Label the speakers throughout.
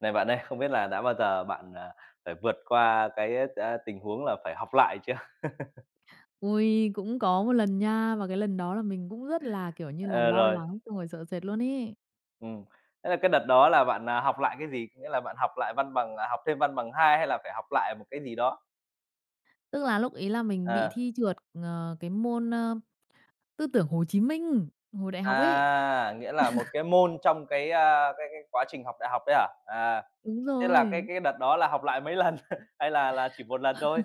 Speaker 1: Này bạn ơi, không biết là đã bao giờ bạn, phải vượt qua cái, tình huống là phải học lại chưa?
Speaker 2: Ôi, cũng có một lần nha, và cái lần đó là mình cũng rất là, kiểu như là,
Speaker 1: Ờ,
Speaker 2: lo
Speaker 1: rồi,
Speaker 2: lắng xong rồi sợ sệt luôn ấy.
Speaker 1: ừm. Thế là cái đợt đó là bạn, học lại cái gì? Nghĩa là bạn học lại văn bằng à, học thêm văn bằng 2 hay là phải học lại một cái gì đó?
Speaker 2: Tức là lúc ấy là mình bị
Speaker 1: Ờ.
Speaker 2: thi trượt, cái môn, Tư tưởng Hồ Chí Minh hồi đại học ấy.
Speaker 1: À, nghĩa là một cái môn trong cái, cái quá trình học đại học đấy hả? À,
Speaker 2: Đúng
Speaker 1: thế là cái
Speaker 2: rồi.
Speaker 1: cái đợt đó là học lại mấy lần hay là chỉ một lần thôi?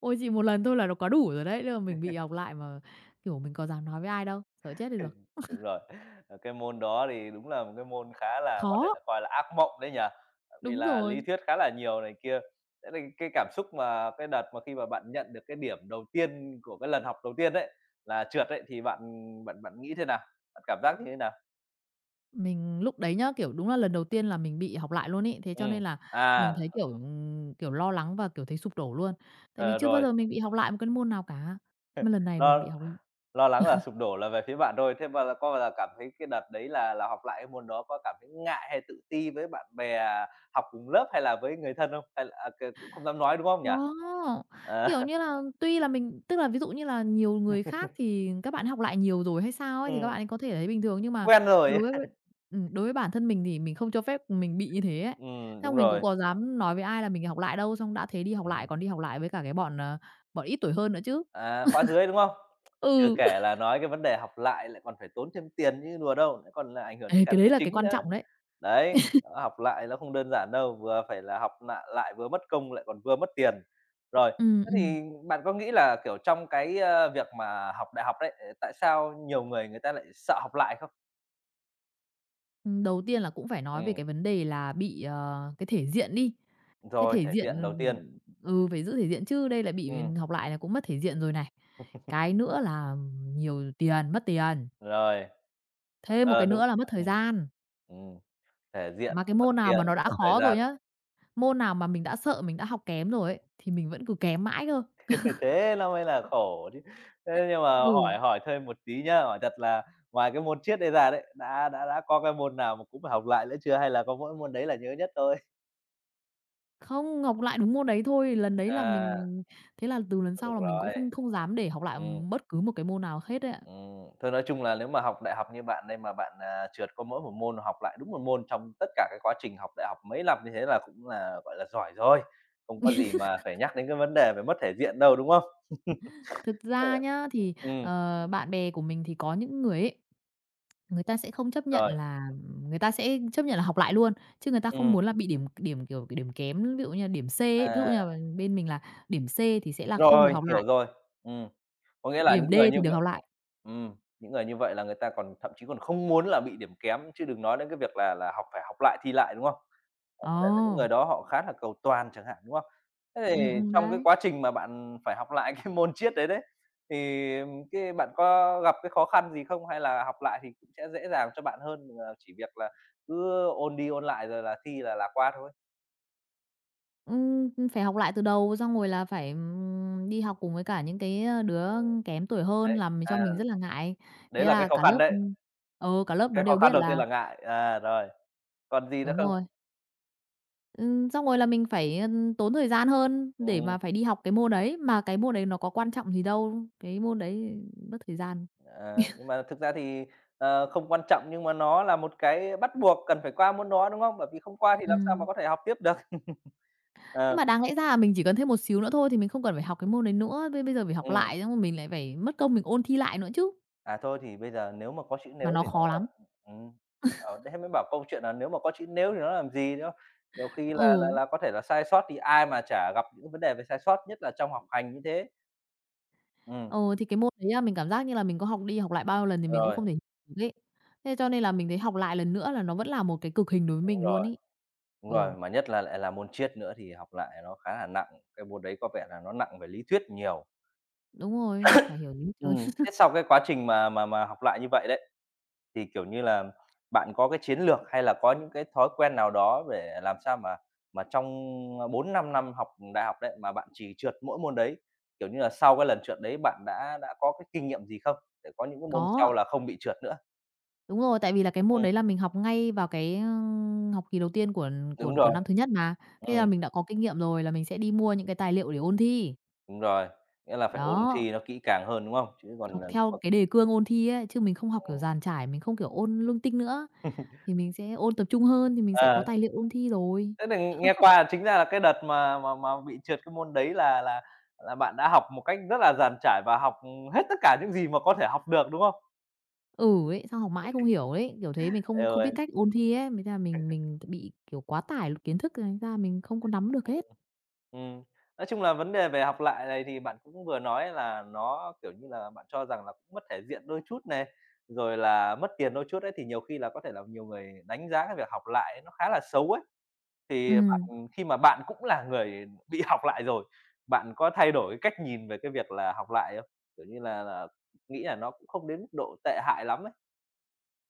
Speaker 2: Ôi, chỉ một lần thôi là nó quá đủ rồi đấy, nên là mình bị học lại mà, kiểu, mình có dám nói với ai đâu, sợ chết đi
Speaker 1: Ừm.
Speaker 2: được.
Speaker 1: Đúng rồi. Ờ, cái môn đó thì đúng là một cái môn khá là có thể
Speaker 2: Khó.
Speaker 1: là coi là ác mộng đấy nhỉ? Bởi vì
Speaker 2: Đúng
Speaker 1: là lý
Speaker 2: rồi.
Speaker 1: thuyết khá là nhiều này kia. Thế thì cái cảm xúc mà cái đợt mà khi mà bạn nhận được cái điểm đầu tiên của cái lần học đầu tiên đấy, là trượt ấy, thì bạn bạn bạn nghĩ thế nào? Bạn cảm giác như thế nào?
Speaker 2: Mình lúc đấy nhá, kiểu, đúng là lần đầu tiên là mình bị học lại luôn ý, thế cho
Speaker 1: Ừm,
Speaker 2: nên là mình
Speaker 1: à,
Speaker 2: thấy, kiểu, kiểu, lo lắng và, kiểu, thấy sụp đổ luôn. Tại vì
Speaker 1: ờ,
Speaker 2: chưa bao
Speaker 1: rồi.
Speaker 2: giờ mình bị học lại một cái môn nào cả, mà lần này mình bị
Speaker 1: nó
Speaker 2: học lại
Speaker 1: Lo lắng là sụp đổ là về phía bạn thôi. Thế là có bao giờ cảm thấy cái đợt đấy là học lại cái môn đó có cảm thấy ngại hay tự ti với bạn bè học cùng lớp hay là với người thân không? Hay là, cũng không dám nói, đúng không nhỉ?
Speaker 2: có,
Speaker 1: À,
Speaker 2: kiểu như là, tuy là mình tức là ví dụ như là nhiều người khác thì các bạn học lại nhiều rồi hay sao ấy, thì các bạn
Speaker 1: ừm,
Speaker 2: ấy có thể thấy bình thường, nhưng mà
Speaker 1: quen rồi.
Speaker 2: đối với đối với bản thân mình thì mình không cho phép mình bị như thế ấy.
Speaker 1: Đúng
Speaker 2: Xong mình cũng
Speaker 1: rồi.
Speaker 2: có dám nói với ai là mình học lại đâu, xong đã thế đi học lại
Speaker 1: Ừm.
Speaker 2: còn đi học lại với cả cái bọn, bọn ít tuổi hơn nữa chứ.
Speaker 1: À, khóa dưới, đúng không? Chưa
Speaker 2: Ừ.
Speaker 1: kể là nói cái vấn đề học lại lại còn phải tốn thêm tiền như đùa đâu, lại còn là ảnh hưởng đến
Speaker 2: Ê,
Speaker 1: cả
Speaker 2: cái đấy
Speaker 1: tài
Speaker 2: là cái
Speaker 1: chính
Speaker 2: quan
Speaker 1: nữa.
Speaker 2: trọng đấy.
Speaker 1: Đấy, đó, học lại nó không đơn giản đâu, vừa phải là học nại lại vừa mất công lại còn vừa mất tiền. Rồi,
Speaker 2: Ừm,
Speaker 1: thế
Speaker 2: ừm.
Speaker 1: thì bạn có nghĩ là, kiểu, trong cái, việc mà học đại học đấy, tại sao nhiều người người ta lại sợ học lại không?
Speaker 2: Đầu tiên là cũng phải nói về
Speaker 1: Ừm,
Speaker 2: cái vấn đề là bị, cái thể diện đi. Cái
Speaker 1: rồi
Speaker 2: thể
Speaker 1: thể
Speaker 2: diện,
Speaker 1: diện đầu tiên.
Speaker 2: ừ, phải giữ thể diện chứ, đây là bị
Speaker 1: Ừm,
Speaker 2: học lại là cũng mất thể diện rồi này. Cái nữa là nhiều tiền, mất tiền.
Speaker 1: rồi,
Speaker 2: Thêm một cái
Speaker 1: ờ,
Speaker 2: nữa
Speaker 1: đúng.
Speaker 2: là mất thời
Speaker 1: Ừm,
Speaker 2: gian.
Speaker 1: ừm, thể diện,
Speaker 2: Mà cái
Speaker 1: mất
Speaker 2: môn nào
Speaker 1: tiền,
Speaker 2: mà nó đã
Speaker 1: mất thời
Speaker 2: khó rồi
Speaker 1: gian.
Speaker 2: nhá, môn nào mà mình đã sợ mình đã học kém rồi ấy, thì mình vẫn cứ kém mãi cơ.
Speaker 1: Thế nó mới là khổ chứ. Thế nhưng mà
Speaker 2: Ừ,
Speaker 1: hỏi hỏi thêm một tí nhá, hỏi thật là ngoài cái môn Triết đây ra đấy, đã có cái môn nào mà cũng phải học lại nữa chưa hay là có mỗi môn đấy là nhớ nhất thôi?
Speaker 2: không, học lại đúng môn đấy thôi, lần đấy là
Speaker 1: À,
Speaker 2: mình thế là từ lần
Speaker 1: thôi
Speaker 2: sau
Speaker 1: được
Speaker 2: là mình cũng
Speaker 1: rồi.
Speaker 2: không không dám để học lại
Speaker 1: Ừm,
Speaker 2: bất cứ một cái môn nào hết ấy ạ.
Speaker 1: thôi nói chung là nếu mà học đại học như bạn đây mà bạn, trượt có mỗi một môn, học lại đúng một môn trong tất cả cái quá trình học đại học mấy năm như thế là cũng là, gọi là, giỏi rồi, không có gì mà phải nhắc đến cái vấn đề về mất thể diện đâu, đúng không?
Speaker 2: Thực
Speaker 1: Ờ.
Speaker 2: ra nhá, thì,
Speaker 1: Ừm,
Speaker 2: bạn bè của mình thì có những người ấy, người ta sẽ không chấp nhận
Speaker 1: rồi,
Speaker 2: là người ta sẽ chấp nhận là học lại luôn, chứ người ta không
Speaker 1: ừm,
Speaker 2: muốn là bị điểm điểm, kiểu, cái điểm kém, ví dụ như là điểm C ấy, ví dụ
Speaker 1: à,
Speaker 2: như là bên mình là điểm C thì sẽ là không được
Speaker 1: rồi,
Speaker 2: học lại,
Speaker 1: hiểu rồi, ừm. Có nghĩa là
Speaker 2: điểm D thì được học lại.
Speaker 1: ừm, những người như vậy là người ta còn thậm chí còn không muốn là bị điểm kém, chứ đừng nói đến cái việc là học phải học lại, thi lại, đúng không? Ờ,
Speaker 2: Ờ,
Speaker 1: có thể là những người đó họ khá là cầu toàn chẳng hạn, đúng không? Thế thì trong cái
Speaker 2: đấy.
Speaker 1: quá trình mà bạn phải học lại cái môn Triết đấy đấy, thì bạn có gặp cái khó khăn gì không? Hay là học lại thì cũng sẽ dễ dàng cho bạn hơn, chỉ việc là cứ ôn đi ôn lại rồi là thi là qua thôi?
Speaker 2: Phải học lại từ đầu xong rồi là phải, đi học cùng với cả những cái, đứa
Speaker 1: Ừ,
Speaker 2: kém tuổi hơn
Speaker 1: đấy,
Speaker 2: làm cho mình rất là ngại. Thế
Speaker 1: đấy là cái
Speaker 2: là
Speaker 1: khó
Speaker 2: cả
Speaker 1: khăn
Speaker 2: lớp
Speaker 1: đấy,
Speaker 2: ừ, ờ, cả lớp nó
Speaker 1: cái khó
Speaker 2: đều
Speaker 1: khăn
Speaker 2: biết
Speaker 1: đầu tiên
Speaker 2: là
Speaker 1: là ngại, rồi, còn gì nữa
Speaker 2: đúng
Speaker 1: không?
Speaker 2: rồi. Xong rồi là mình phải, tốn thời gian hơn để
Speaker 1: Ừm.
Speaker 2: mà phải đi học cái môn đấy, mà cái môn đấy nó có quan trọng gì đâu, cái môn đấy mất thời gian.
Speaker 1: Ờ, nhưng mà thực ra thì, không quan trọng nhưng mà nó là một cái bắt buộc cần phải qua môn đó, đúng không? Bởi vì không qua thì làm sao mà
Speaker 2: Ừm,
Speaker 1: có thể học tiếp được.
Speaker 2: nhưng
Speaker 1: Ờ,
Speaker 2: mà đáng lẽ ra là mình chỉ cần thêm một xíu nữa thôi thì mình không cần phải học cái môn đấy nữa, bây bây giờ phải học
Speaker 1: ừm,
Speaker 2: lại xong rồi mình lại phải mất công mình ôn thi lại nữa chứ,
Speaker 1: thôi thì bây giờ nếu mà có chữ
Speaker 2: mà
Speaker 1: "nếu"
Speaker 2: nó
Speaker 1: thì nói
Speaker 2: khó
Speaker 1: là
Speaker 2: lắm.
Speaker 1: ừm, đấy mới bảo câu chuyện là nếu mà có chữ "nếu" thì nó làm gì, đúng không? Nhiều khi là là
Speaker 2: Ừ,
Speaker 1: là có thể là sai sót thì ai mà chả gặp những vấn đề về sai sót, nhất là trong học hành như thế. Ừm,
Speaker 2: ừ, thì cái môn đấy á mình cảm giác như là mình có học đi học lại bao nhiêu lần thì mình cũng
Speaker 1: rồi,
Speaker 2: không thể hiểu được ấy. Thế cho nên là mình thấy học lại lần nữa là nó vẫn là một cái cực hình đối với
Speaker 1: đúng
Speaker 2: mình luôn
Speaker 1: rồi,
Speaker 2: ấy.
Speaker 1: đúng
Speaker 2: Ồ,
Speaker 1: rồi, mà nhất là lại là môn triết nữa thì học lại nó khá là nặng, cái môn đấy có vẻ là nó nặng về lý thuyết nhiều.
Speaker 2: đúng rồi, học chả hiểu gì hết trơn.
Speaker 1: Thế sau cái quá trình mà học lại như vậy đấy, thì, kiểu như là, bạn có cái chiến lược hay là có những cái thói quen nào đó để làm sao mà trong, bốn năm, năm học đại học đấy, mà bạn chỉ trượt mỗi môn đấy? Kiểu như là, sau cái lần trượt đấy bạn đã có cái kinh nghiệm gì không? Để có những cái môn sau
Speaker 2: Có.
Speaker 1: là không bị trượt nữa.
Speaker 2: Đúng rồi, tại vì là cái môn
Speaker 1: Ừm,
Speaker 2: đấy là mình học ngay vào cái, học kỳ đầu tiên của của
Speaker 1: đúng
Speaker 2: của
Speaker 1: rồi,
Speaker 2: năm thứ nhất mà, thế
Speaker 1: ừm,
Speaker 2: là mình đã có kinh nghiệm rồi là mình sẽ đi mua những cái tài liệu để ôn thi.
Speaker 1: đúng rồi, nghĩa là phải ôn
Speaker 2: Đó,
Speaker 1: thi nó kỹ càng hơn, đúng không? Chứ còn
Speaker 2: học
Speaker 1: là nếu mà.
Speaker 2: theo cái đề cương ôn thi ấy, chứ mình không học kiểu
Speaker 1: ừm.
Speaker 2: dàn trải, mình không kiểu ôn linh tinh nữa, thì mình sẽ ôn tập trung hơn thì mình sẽ có
Speaker 1: Ờ.
Speaker 2: tài liệu ôn thi rồi.
Speaker 1: Thế là nghe qua chính ra là cái đợt mà bị trượt cái môn đấy là bạn đã học một cách rất là dàn trải và học, hết tất cả những gì mà có thể học được, đúng không?
Speaker 2: Ừ, ấy, sao học mãi không hiểu ấy, kiểu thế, mình không không biết
Speaker 1: Ừ,
Speaker 2: cách ôn thi ấy, thành ra mình bị, kiểu, quá tải kiến thức thành ra mình không có nắm được
Speaker 1: ừm,
Speaker 2: hết.
Speaker 1: ừm, nói chung là vấn đề về học lại này thì bạn cũng vừa nói là nó, kiểu như là, bạn cho rằng là cũng mất thể diện đôi chút này, rồi là mất tiền đôi chút ấy, thì nhiều khi là có thể là nhiều người đánh giá cái việc học lại nó khá là xấu ấy. Thì
Speaker 2: Ừm,
Speaker 1: khi mà bạn cũng là người bị học lại rồi, bạn có thay đổi cái cách nhìn về cái việc là học lại không? Kiểu như là nghĩ là nó cũng không đến mức độ tệ hại lắm ấy.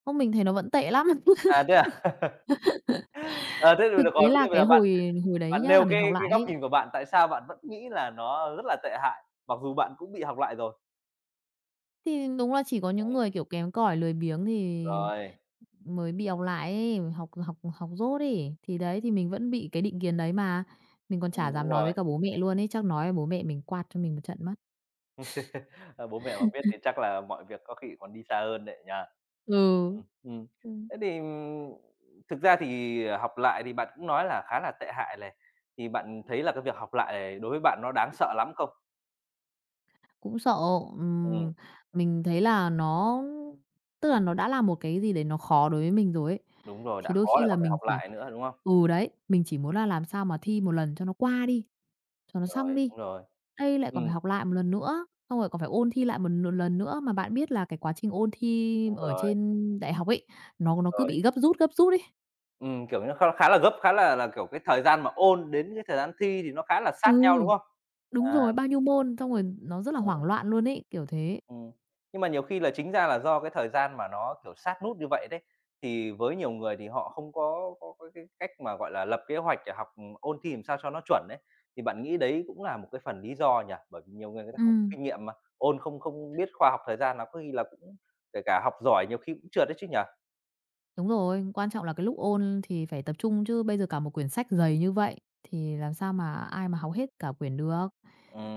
Speaker 2: không, mình thấy nó vẫn tệ lắm.
Speaker 1: À, thế à? Ờ, thế thì
Speaker 2: Thực
Speaker 1: được
Speaker 2: tế
Speaker 1: rồi, thế
Speaker 2: là
Speaker 1: thì bây
Speaker 2: cái
Speaker 1: giờ bạn
Speaker 2: hồi hồi đấy
Speaker 1: bạn
Speaker 2: nhá, là
Speaker 1: nêu
Speaker 2: mình học
Speaker 1: cái
Speaker 2: lại
Speaker 1: góc
Speaker 2: ấy.
Speaker 1: nhìn của bạn, tại sao bạn vẫn nghĩ là nó rất là tệ hại, mặc dù bạn cũng bị học lại rồi?
Speaker 2: Thì đúng là chỉ có những
Speaker 1: Ừm,
Speaker 2: người, kiểu, kém cỏi, lười biếng thì
Speaker 1: rồi,
Speaker 2: mới bị học lại ấy, học học học dốt ấy. Thì đấy, thì mình vẫn bị cái định kiến đấy mà, mình còn chả
Speaker 1: đúng
Speaker 2: dám nói với
Speaker 1: rồi.
Speaker 2: cả bố mẹ luôn ấy, chắc nói với bố mẹ mình quạt cho mình một trận mất.
Speaker 1: Ờ, bố mẹ mà biết thì chắc là mọi việc có khi còn đi xa hơn đấy nhỉ?
Speaker 2: Ừ,
Speaker 1: Ừm.
Speaker 2: ừm,
Speaker 1: Thế thì, thực ra thì, học lại thì bạn cũng nói là khá là tệ hại này, thì bạn thấy là cái việc học lại này đối với bạn nó đáng sợ lắm không?
Speaker 2: cũng sợ,
Speaker 1: Ừm,
Speaker 2: ừm, mình thấy là nó tức là nó đã là một cái gì đấy nó khó đối với mình rồi ấy,
Speaker 1: đúng rồi, đã
Speaker 2: thì đôi
Speaker 1: khó
Speaker 2: khi
Speaker 1: lại
Speaker 2: là
Speaker 1: còn phải
Speaker 2: mình
Speaker 1: học
Speaker 2: chỉ
Speaker 1: lại nữa, đúng không?
Speaker 2: ừ, đấy, mình chỉ muốn là làm sao mà thi một lần cho nó qua đi. Cho nó xong
Speaker 1: Rồi,
Speaker 2: đi.
Speaker 1: đúng rồi.
Speaker 2: Đây lại còn phải
Speaker 1: Ừm,
Speaker 2: học lại một lần nữa, xong rồi còn phải ôn thi lại một lần nữa, mà bạn biết là cái quá trình ôn thi
Speaker 1: đúng
Speaker 2: ở
Speaker 1: rồi,
Speaker 2: trên đại học ấy, nó cứ
Speaker 1: rồi.
Speaker 2: bị gấp rút ấy.
Speaker 1: Kiểu, như nó khá là gấp, khá là, kiểu, cái thời gian mà ôn đến cái thời gian thi thì nó khá là sát
Speaker 2: Ừ,
Speaker 1: nhau, đúng không?
Speaker 2: đúng
Speaker 1: À,
Speaker 2: rồi, bao nhiêu môn, xong rồi nó rất là hoảng
Speaker 1: ừm.
Speaker 2: loạn luôn ấy, kiểu thế.
Speaker 1: Ừm. Nhưng mà nhiều khi là chính ra là do cái thời gian mà nó, kiểu, sát nút như vậy đấy, thì với nhiều người thì họ không có cái cách mà, gọi là, lập kế hoạch để học, ừ, ôn thi làm sao cho nó chuẩn đấy thì bạn nghĩ đấy cũng là một cái phần lý do nhỉ? Bởi vì nhiều người người ta không có
Speaker 2: Ừm.
Speaker 1: kinh nghiệm mà, ôn không không biết khoa học thời gian nó có khi là cũng kể cả học giỏi nhiều khi cũng trượt đấy chứ nhỉ?
Speaker 2: Đúng rồi, quan trọng là cái lúc ôn thì phải tập trung chứ bây giờ cả một quyển sách dày như vậy thì làm sao mà ai mà học hết cả quyển được.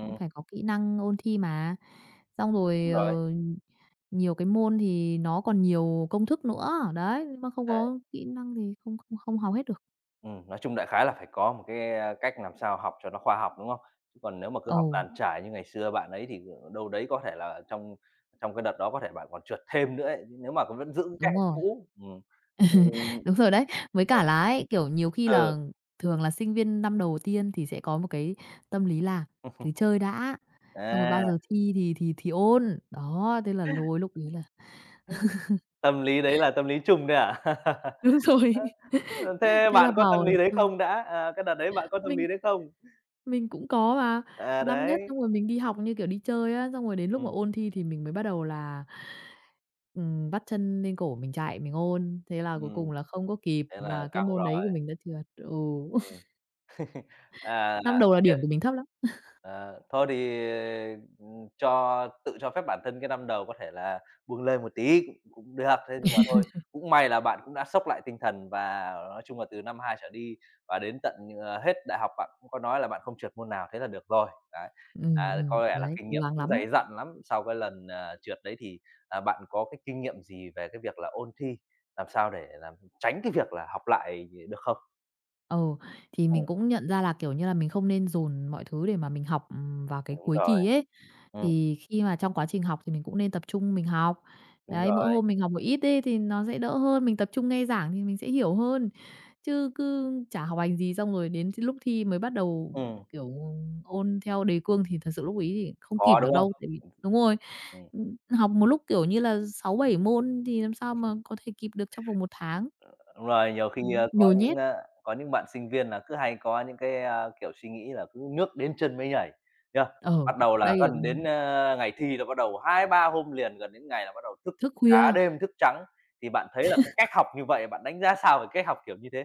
Speaker 2: Cũng phải có kỹ năng ôn thi mà. Xong
Speaker 1: đúng
Speaker 2: rồi,
Speaker 1: rồi,
Speaker 2: nhiều cái môn thì nó còn nhiều công thức nữa, đấy, mà không
Speaker 1: đấy.
Speaker 2: có kỹ năng thì không không không học hết được.
Speaker 1: Nói chung đại khái là phải có một cái, cách làm sao học cho nó khoa học, đúng không? Chứ còn nếu mà cứ
Speaker 2: Ồ,
Speaker 1: học dàn trải như ngày xưa bạn ấy thì, đâu đấy có thể là trong trong cái đợt đó có thể bạn còn trượt thêm nữa ấy, nếu mà vẫn giữ cái cách
Speaker 2: đúng
Speaker 1: học
Speaker 2: rồi.
Speaker 1: cũ. Ừm. Ừm,
Speaker 2: Đúng rồi đấy. Với cả là ấy, kiểu, nhiều khi
Speaker 1: ừ,
Speaker 2: là thường là sinh viên năm đầu tiên thì sẽ có một cái tâm lý là cứ chơi đã, xong rồi bao
Speaker 1: à,
Speaker 2: giờ thi thì thì ôn. Đó, thế là lôi lúc ấy là
Speaker 1: tâm lý đấy là tâm lý chung đấy à?
Speaker 2: đúng rồi,
Speaker 1: Ơ, thế
Speaker 2: thế
Speaker 1: bạn
Speaker 2: là
Speaker 1: có
Speaker 2: bảo
Speaker 1: tâm
Speaker 2: là
Speaker 1: lý đấy
Speaker 2: chơi.
Speaker 1: không đã? À, cái đợt đấy bạn có tâm
Speaker 2: Mình
Speaker 1: lý đấy không?
Speaker 2: mình cũng có mà,
Speaker 1: À,
Speaker 2: năm nhất
Speaker 1: đấy,
Speaker 2: xong rồi mình đi học như kiểu đi chơi á, xong rồi đến lúc mà
Speaker 1: ừm,
Speaker 2: ôn thi thì mình mới bắt đầu là, vắt chân lên cổ mình chạy, mình ôn. Thế là cuối cùng
Speaker 1: ừm,
Speaker 2: là không có kịp
Speaker 1: thế là
Speaker 2: và cái
Speaker 1: căng
Speaker 2: môn đấy
Speaker 1: rồi,
Speaker 2: của mình đã trượt. Ừ,
Speaker 1: ừm. À,
Speaker 2: năm đầu là
Speaker 1: hiện
Speaker 2: điểm của mình thấp lắm.
Speaker 1: ờ, thôi thì tự cho phép bản thân cái năm đầu có thể là buông lơi một tí cũng cũng được, thế nhưng mà thôi, cũng may là bạn cũng đã xốc lại tinh thần và nói chung là từ năm 2 trở đi và đến tận, hết đại học bạn cũng có nói là bạn không trượt môn nào, thế là được rồi. Đấy,
Speaker 2: Ừm,
Speaker 1: có vẻ là
Speaker 2: đấy,
Speaker 1: kinh
Speaker 2: cố
Speaker 1: nghiệm
Speaker 2: gắng
Speaker 1: cũng
Speaker 2: lắm đấy.
Speaker 1: dày dặn lắm. Sau cái lần, trượt đấy thì, bạn có cái kinh nghiệm gì về cái việc là ôn thi, làm sao để làm tránh cái việc là học lại được không?
Speaker 2: Ừ, thì
Speaker 1: Ừm,
Speaker 2: mình cũng nhận ra là, kiểu như là, mình không nên dồn mọi thứ để mà mình học, vào cái
Speaker 1: đúng
Speaker 2: cuối
Speaker 1: rồi,
Speaker 2: kỳ ấy.
Speaker 1: ừm,
Speaker 2: Thì khi mà trong quá trình học thì mình cũng nên tập trung mình học.
Speaker 1: đúng
Speaker 2: Đấy, mỗi
Speaker 1: rồi,
Speaker 2: hôm mình học một ít ấy thì nó sẽ đỡ hơn, mình tập trung nghe giảng thì mình sẽ hiểu hơn. Chứ cứ chả học hành gì xong rồi đến lúc thi mới bắt đầu,
Speaker 1: ừm,
Speaker 2: kiểu, ôn theo đề cương thì thật sự lúc ấy thì không kịp
Speaker 1: khó,
Speaker 2: được
Speaker 1: đúng không?
Speaker 2: đâu, tại vì đúng rồi,
Speaker 1: Ừm.
Speaker 2: học một lúc, kiểu như là, sáu bảy môn thì làm sao mà có thể kịp được trong vòng một tháng.
Speaker 1: Đúng rồi, nhiều khi, có
Speaker 2: Nhồi
Speaker 1: những,
Speaker 2: nhét,
Speaker 1: có những bạn sinh viên là cứ hay có những cái, kiểu, suy nghĩ là cứ nước đến chân mới nhảy, nhá.
Speaker 2: ờ,
Speaker 1: Bắt đầu là
Speaker 2: đây là
Speaker 1: gần đến, ngày thi là bắt đầu 2 3 hôm liền, gần đến ngày là bắt đầu thức
Speaker 2: thức
Speaker 1: cả
Speaker 2: khuya.
Speaker 1: đêm thức trắng. Thì bạn thấy là cái cách học như vậy, bạn đánh giá sao về cách học kiểu như thế?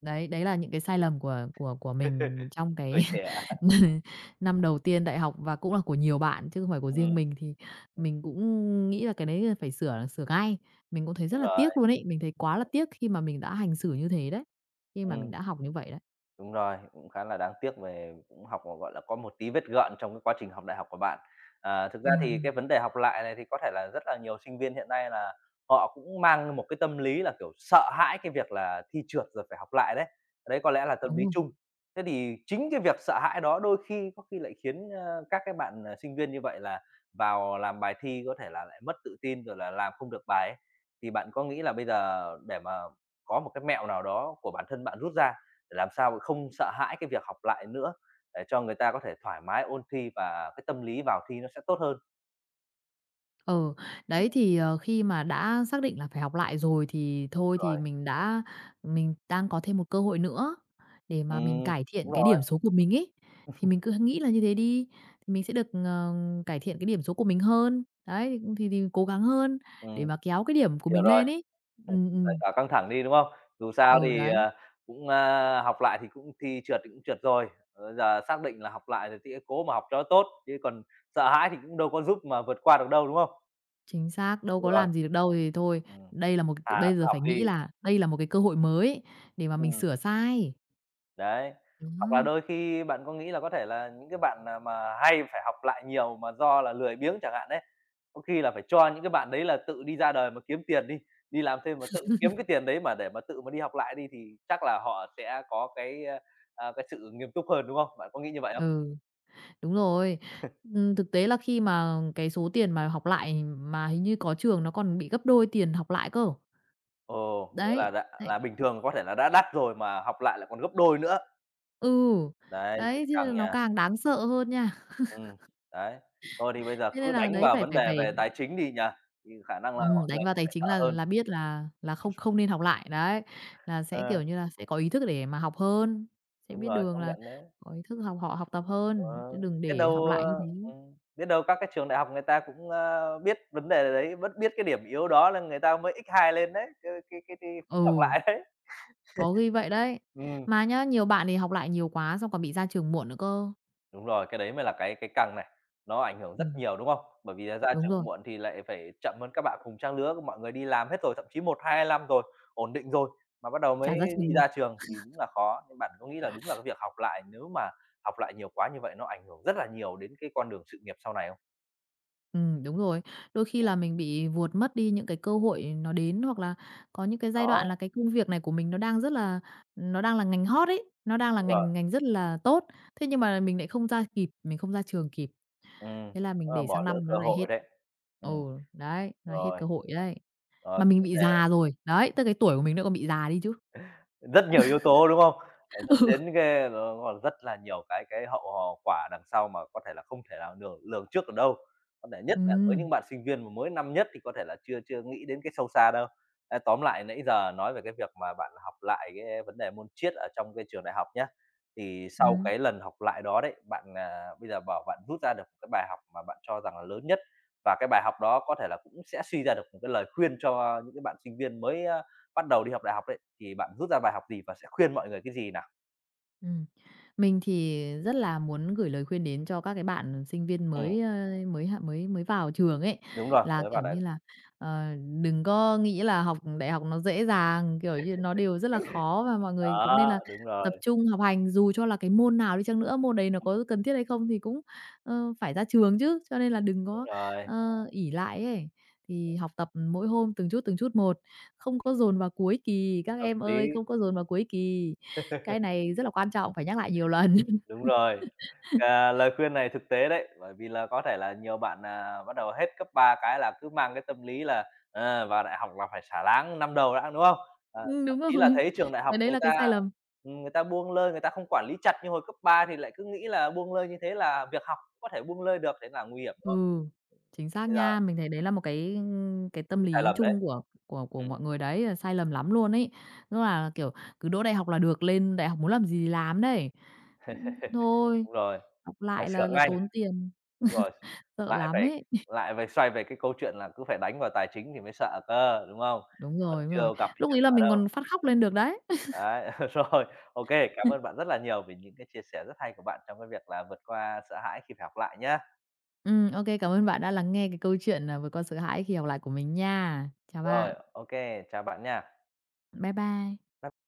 Speaker 2: Đấy, đấy là những cái sai lầm của mình trong cái
Speaker 1: Tuổi trẻ à?
Speaker 2: năm đầu tiên đại học và cũng là của nhiều bạn chứ không phải của riêng mình, thì mình cũng nghĩ là cái đấy là phải sửa sửa ngay. Mình cũng thấy rất
Speaker 1: Đúng
Speaker 2: là
Speaker 1: rồi,
Speaker 2: tiếc luôn ấy, mình thấy quá là tiếc khi mà mình đã hành xử như thế đấy, khi mà mình
Speaker 1: ừm.
Speaker 2: đã học như vậy đấy.
Speaker 1: Đúng rồi, cũng khá là đáng tiếc về cũng học, mà gọi là, có một tí vết gợn trong cái quá trình học đại học của bạn. À, thực ra
Speaker 2: Ừm,
Speaker 1: thì
Speaker 2: ừm,
Speaker 1: cái vấn đề học lại này thì có thể là rất là nhiều sinh viên hiện nay là họ cũng mang một cái tâm lý là, kiểu, sợ hãi cái việc là thi trượt rồi phải học lại đấy. Đấy có lẽ là tâm
Speaker 2: đúng
Speaker 1: lý
Speaker 2: rồi.
Speaker 1: chung. Thế thì chính cái việc sợ hãi đó đôi khi có khi lại khiến, các cái bạn, sinh viên như vậy là vào làm bài thi có thể là lại mất tự tin, rồi là làm không được bài ấy. Thì bạn có nghĩ là bây giờ để mà có một cái mẹo nào đó của bản thân bạn rút ra để làm sao không sợ hãi cái việc học lại nữa, để cho người ta có thể thoải mái ôn thi và cái tâm lý vào thi nó sẽ tốt hơn.
Speaker 2: Ừ, đấy thì, khi mà đã xác định là phải học lại rồi thì thôi thì
Speaker 1: Rồi,
Speaker 2: mình đã mình đang có thêm một cơ hội nữa để mà mình
Speaker 1: ừm,
Speaker 2: cải thiện
Speaker 1: đúng
Speaker 2: cái
Speaker 1: rồi,
Speaker 2: điểm số của mình ấy, thì mình cứ nghĩ là như thế đi, thì mình sẽ được, cải thiện cái điểm số của mình hơn. Đấy, thì cố gắng hơn để
Speaker 1: ừm,
Speaker 2: mà kéo cái điểm của
Speaker 1: hiểu
Speaker 2: mình
Speaker 1: rồi,
Speaker 2: lên ấy.
Speaker 1: ừm,
Speaker 2: Ừm,
Speaker 1: giải
Speaker 2: ừm,
Speaker 1: tỏa căng thẳng đi, đúng không? Dù sao
Speaker 2: ừ,
Speaker 1: thì,
Speaker 2: đấy,
Speaker 1: cũng, học lại thì cũng thi trượt thì cũng trượt rồi, giờ xác định là học lại rồi thì cố mà học cho tốt, chứ còn sợ hãi thì cũng đâu có giúp mà vượt qua được đâu, đúng không?
Speaker 2: chính xác, đâu
Speaker 1: Đúng
Speaker 2: có
Speaker 1: rồi,
Speaker 2: làm gì được đâu, thì thôi,
Speaker 1: ừm,
Speaker 2: đây là một
Speaker 1: thà
Speaker 2: bây
Speaker 1: cứ
Speaker 2: giờ
Speaker 1: học
Speaker 2: phải
Speaker 1: đi.
Speaker 2: nghĩ là đây là một cái cơ hội mới để mà mình
Speaker 1: Ừm.
Speaker 2: sửa sai.
Speaker 1: Đấy, hoặc là
Speaker 2: Đó,
Speaker 1: đôi khi bạn có nghĩ là có thể là những cái bạn, mà hay phải học lại nhiều mà do là lười biếng chẳng hạn đấy có khi là phải cho những cái bạn đấy là tự đi ra đời mà kiếm tiền đi, đi làm thêm mà tự kiếm cái tiền đấy mà để mà tự mà đi học lại đi thì chắc là họ sẽ có cái, cái sự nghiêm túc hơn, đúng không? Bạn có nghĩ như vậy không?
Speaker 2: ừ. Đúng rồi. Thực tế là khi mà cái số tiền mà học lại mà hình như có trường nó còn bị gấp đôi tiền học lại cơ.
Speaker 1: Ồ, nghĩa là
Speaker 2: Đấy,
Speaker 1: đã
Speaker 2: đấy
Speaker 1: là bình thường có thể là đã đắt rồi mà học lại lại còn gấp đôi nữa.
Speaker 2: ừ,
Speaker 1: Đấy, thế
Speaker 2: đấy,
Speaker 1: thì
Speaker 2: thế
Speaker 1: căng
Speaker 2: là nó
Speaker 1: nha.
Speaker 2: càng đáng sợ hơn nha.
Speaker 1: Ừm, đấy. Thôi thì bây giờ
Speaker 2: Thế nên
Speaker 1: cứ
Speaker 2: là
Speaker 1: đánh
Speaker 2: đấy,
Speaker 1: vào
Speaker 2: phải
Speaker 1: vấn
Speaker 2: phải
Speaker 1: đề
Speaker 2: phải
Speaker 1: về tài chính đi nhỉ? Thì khả năng là mọi
Speaker 2: đánh
Speaker 1: người
Speaker 2: vào
Speaker 1: sẽ
Speaker 2: tài
Speaker 1: phải
Speaker 2: chính
Speaker 1: sợ hơn.
Speaker 2: là biết là không không nên học lại, đấy. Là sẽ,
Speaker 1: Ờ.
Speaker 2: kiểu như là, sẽ có ý thức để mà học hơn, sẽ
Speaker 1: Đúng
Speaker 2: biết
Speaker 1: rồi,
Speaker 2: đường
Speaker 1: công
Speaker 2: là
Speaker 1: nhận đấy.
Speaker 2: có ý thức học họ học tập
Speaker 1: Ờ,
Speaker 2: hơn, chứ đừng
Speaker 1: biết
Speaker 2: để học
Speaker 1: đâu,
Speaker 2: lại như thế.
Speaker 1: ơ biết đâu các cái trường đại học người ta cũng, biết vấn đề đấy, vẫn biết cái điểm yếu đó nên người ta mới x hai lên đấy, cái phí học
Speaker 2: Ừ,
Speaker 1: lại đấy.
Speaker 2: có khi vậy đấy.
Speaker 1: Ừm,
Speaker 2: Mà nhá, nhiều bạn thì học lại nhiều quá xong còn bị ra trường muộn nữa cơ.
Speaker 1: đúng rồi, cái đấy mới là cái căng này, nó ảnh hưởng rất
Speaker 2: Ừm.
Speaker 1: nhiều, đúng không? Bởi vì là ra
Speaker 2: Đúng rồi,
Speaker 1: trường muộn thì lại phải chậm hơn các bạn cùng trang lứa, mọi người đi làm hết rồi, thậm chí một 2 năm rồi, ổn định rồi, mà bắt đầu mới
Speaker 2: trả giá
Speaker 1: đi
Speaker 2: trường được.
Speaker 1: ra trường thì đúng là khó. Nhưng bạn có nghĩ là đúng là cái việc học lại nếu mà học lại nhiều quá như vậy nó ảnh hưởng rất là nhiều đến cái con đường sự nghiệp sau này không?
Speaker 2: Đúng rồi. Đôi khi là mình bị vuột mất đi những cái cơ hội nó đến, hoặc là có những cái giai đoạn
Speaker 1: Đó,
Speaker 2: là cái công việc này của mình nó đang rất là nó đang là ngành hot ấy, nó đang là
Speaker 1: đúng rồi.
Speaker 2: ngành ngành rất là tốt, thế nhưng mà mình lại không ra kịp, mình không ra trường kịp,
Speaker 1: Ừm,
Speaker 2: thế là
Speaker 1: tức
Speaker 2: mình
Speaker 1: là
Speaker 2: để sang
Speaker 1: bỏ lỡ
Speaker 2: năm
Speaker 1: cơ
Speaker 2: nó lại hết.
Speaker 1: hội đấy.
Speaker 2: Ừ,
Speaker 1: Ừm,
Speaker 2: đấy, là hết
Speaker 1: rồi,
Speaker 2: cơ hội đấy.
Speaker 1: rồi
Speaker 2: Mà
Speaker 1: cái
Speaker 2: mình
Speaker 1: vấn
Speaker 2: bị già rồi, đấy, tới cái tuổi của mình nữa còn bị già đi chứ.
Speaker 1: Rất nhiều yếu tố, đúng không? Ờ,
Speaker 2: Ừ.
Speaker 1: dẫn đến cái nó còn rất là nhiều cái hậu hò quả đằng sau mà có thể là không thể nào lường lường trước được đâu. Có thể nhất
Speaker 2: Ừ.
Speaker 1: là với những bạn sinh viên mà mới năm nhất thì có thể là chưa chưa nghĩ đến cái sâu xa đâu. Ê, tóm lại nãy giờ nói về cái việc mà bạn học lại cái vấn đề môn Triết ở trong cái trường đại học nhá, thì sau
Speaker 2: Ừm.
Speaker 1: cái lần học lại đó đấy, bạn, bây giờ bảo bạn rút ra được một cái bài học mà bạn cho rằng là lớn nhất và cái bài học đó có thể là cũng sẽ suy ra được một cái lời khuyên cho những cái bạn sinh viên mới, bắt đầu đi học đại học đấy, thì bạn rút ra bài học gì và sẽ khuyên mọi người cái gì nào?
Speaker 2: Ừm. Mình thì rất là muốn gửi lời khuyên đến cho các cái bạn sinh viên
Speaker 1: Ừm,
Speaker 2: mới, mới h mới mới vào trường ấy,
Speaker 1: Đúng rồi,
Speaker 2: là,
Speaker 1: mới
Speaker 2: kiểu
Speaker 1: vào đấy.
Speaker 2: như là, ờ, đừng có nghĩ là học đại học nó dễ dàng, kiểu như, nó đều rất là khó và mọi người cũng nên
Speaker 1: Đó,
Speaker 2: là tập trung học hành. Dù cho là cái môn nào đi chăng nữa, môn đấy nó có cần thiết hay không thì cũng, phải ra trường chứ, cho nên là đừng
Speaker 1: đúng
Speaker 2: có,
Speaker 1: rồi,
Speaker 2: ỷ lại ấy. Thì học tập mỗi hôm từng chút một, không có dồn vào cuối kỳ, các
Speaker 1: hợp
Speaker 2: em
Speaker 1: lý,
Speaker 2: ơi, không có dồn vào cuối kỳ. Cái này rất là quan trọng, phải nhắc lại nhiều lần.
Speaker 1: đúng rồi. À, lời khuyên này thực tế đấy, bởi vì là có thể là nhiều bạn, bắt đầu hết cấp 3 cái là cứ mang cái tâm lý là, vào đại học là phải xả láng năm đầu đã, đúng không? Ờ, thậm
Speaker 2: Đúng
Speaker 1: chí là
Speaker 2: rồi.
Speaker 1: thấy trường đại học
Speaker 2: Cái đấy là cái sai lầm.
Speaker 1: người ta buông lơi, người ta không quản lý chặt như hồi cấp 3 thì lại cứ nghĩ là buông lơi như thế là việc học có thể buông lơi được, thế là nguy hiểm, đúng
Speaker 2: Ừ,
Speaker 1: không?
Speaker 2: chính xác
Speaker 1: Bây giờ
Speaker 2: nha. Mình thấy đấy là một cái
Speaker 1: thì
Speaker 2: tâm
Speaker 1: sai
Speaker 2: lý
Speaker 1: lầm
Speaker 2: chung
Speaker 1: đấy.
Speaker 2: của
Speaker 1: Ừm,
Speaker 2: mọi người đấy, là sai lầm lắm luôn ấy. Tức là, kiểu, cứ đỗ đại học là được, lên đại học muốn làm gì thì làm đấy. Ưm, thôi,
Speaker 1: đúng rồi,
Speaker 2: học
Speaker 1: phải
Speaker 2: lại
Speaker 1: sửa
Speaker 2: là
Speaker 1: ngay.
Speaker 2: tốn tiền,
Speaker 1: Đúng rồi,
Speaker 2: sợ
Speaker 1: lại
Speaker 2: lắm
Speaker 1: phải
Speaker 2: ấy.
Speaker 1: lại phải xoay về cái câu chuyện là cứ phải đánh vào tài chính thì mới sợ cơ, đúng không?
Speaker 2: Đúng
Speaker 1: Còn
Speaker 2: rồi, đúng rồi.
Speaker 1: chưa gặp thì
Speaker 2: Lúc
Speaker 1: chưa
Speaker 2: ấy là
Speaker 1: sợ
Speaker 2: mình
Speaker 1: đâu.
Speaker 2: còn phát khóc lên được đấy.
Speaker 1: Đấy, rồi, ok, cảm ơn bạn rất là nhiều vì những cái chia sẻ rất hay của bạn trong cái việc là vượt qua sợ hãi khi phải học lại nhá.
Speaker 2: Ừ, ok, cảm ơn bạn đã lắng nghe cái câu chuyện, à, vượt qua sợ hãi khi học lại của mình nha. Chào
Speaker 1: Rồi,
Speaker 2: bạn.
Speaker 1: ok, chào bạn nha.
Speaker 2: Bye bye.
Speaker 1: Bye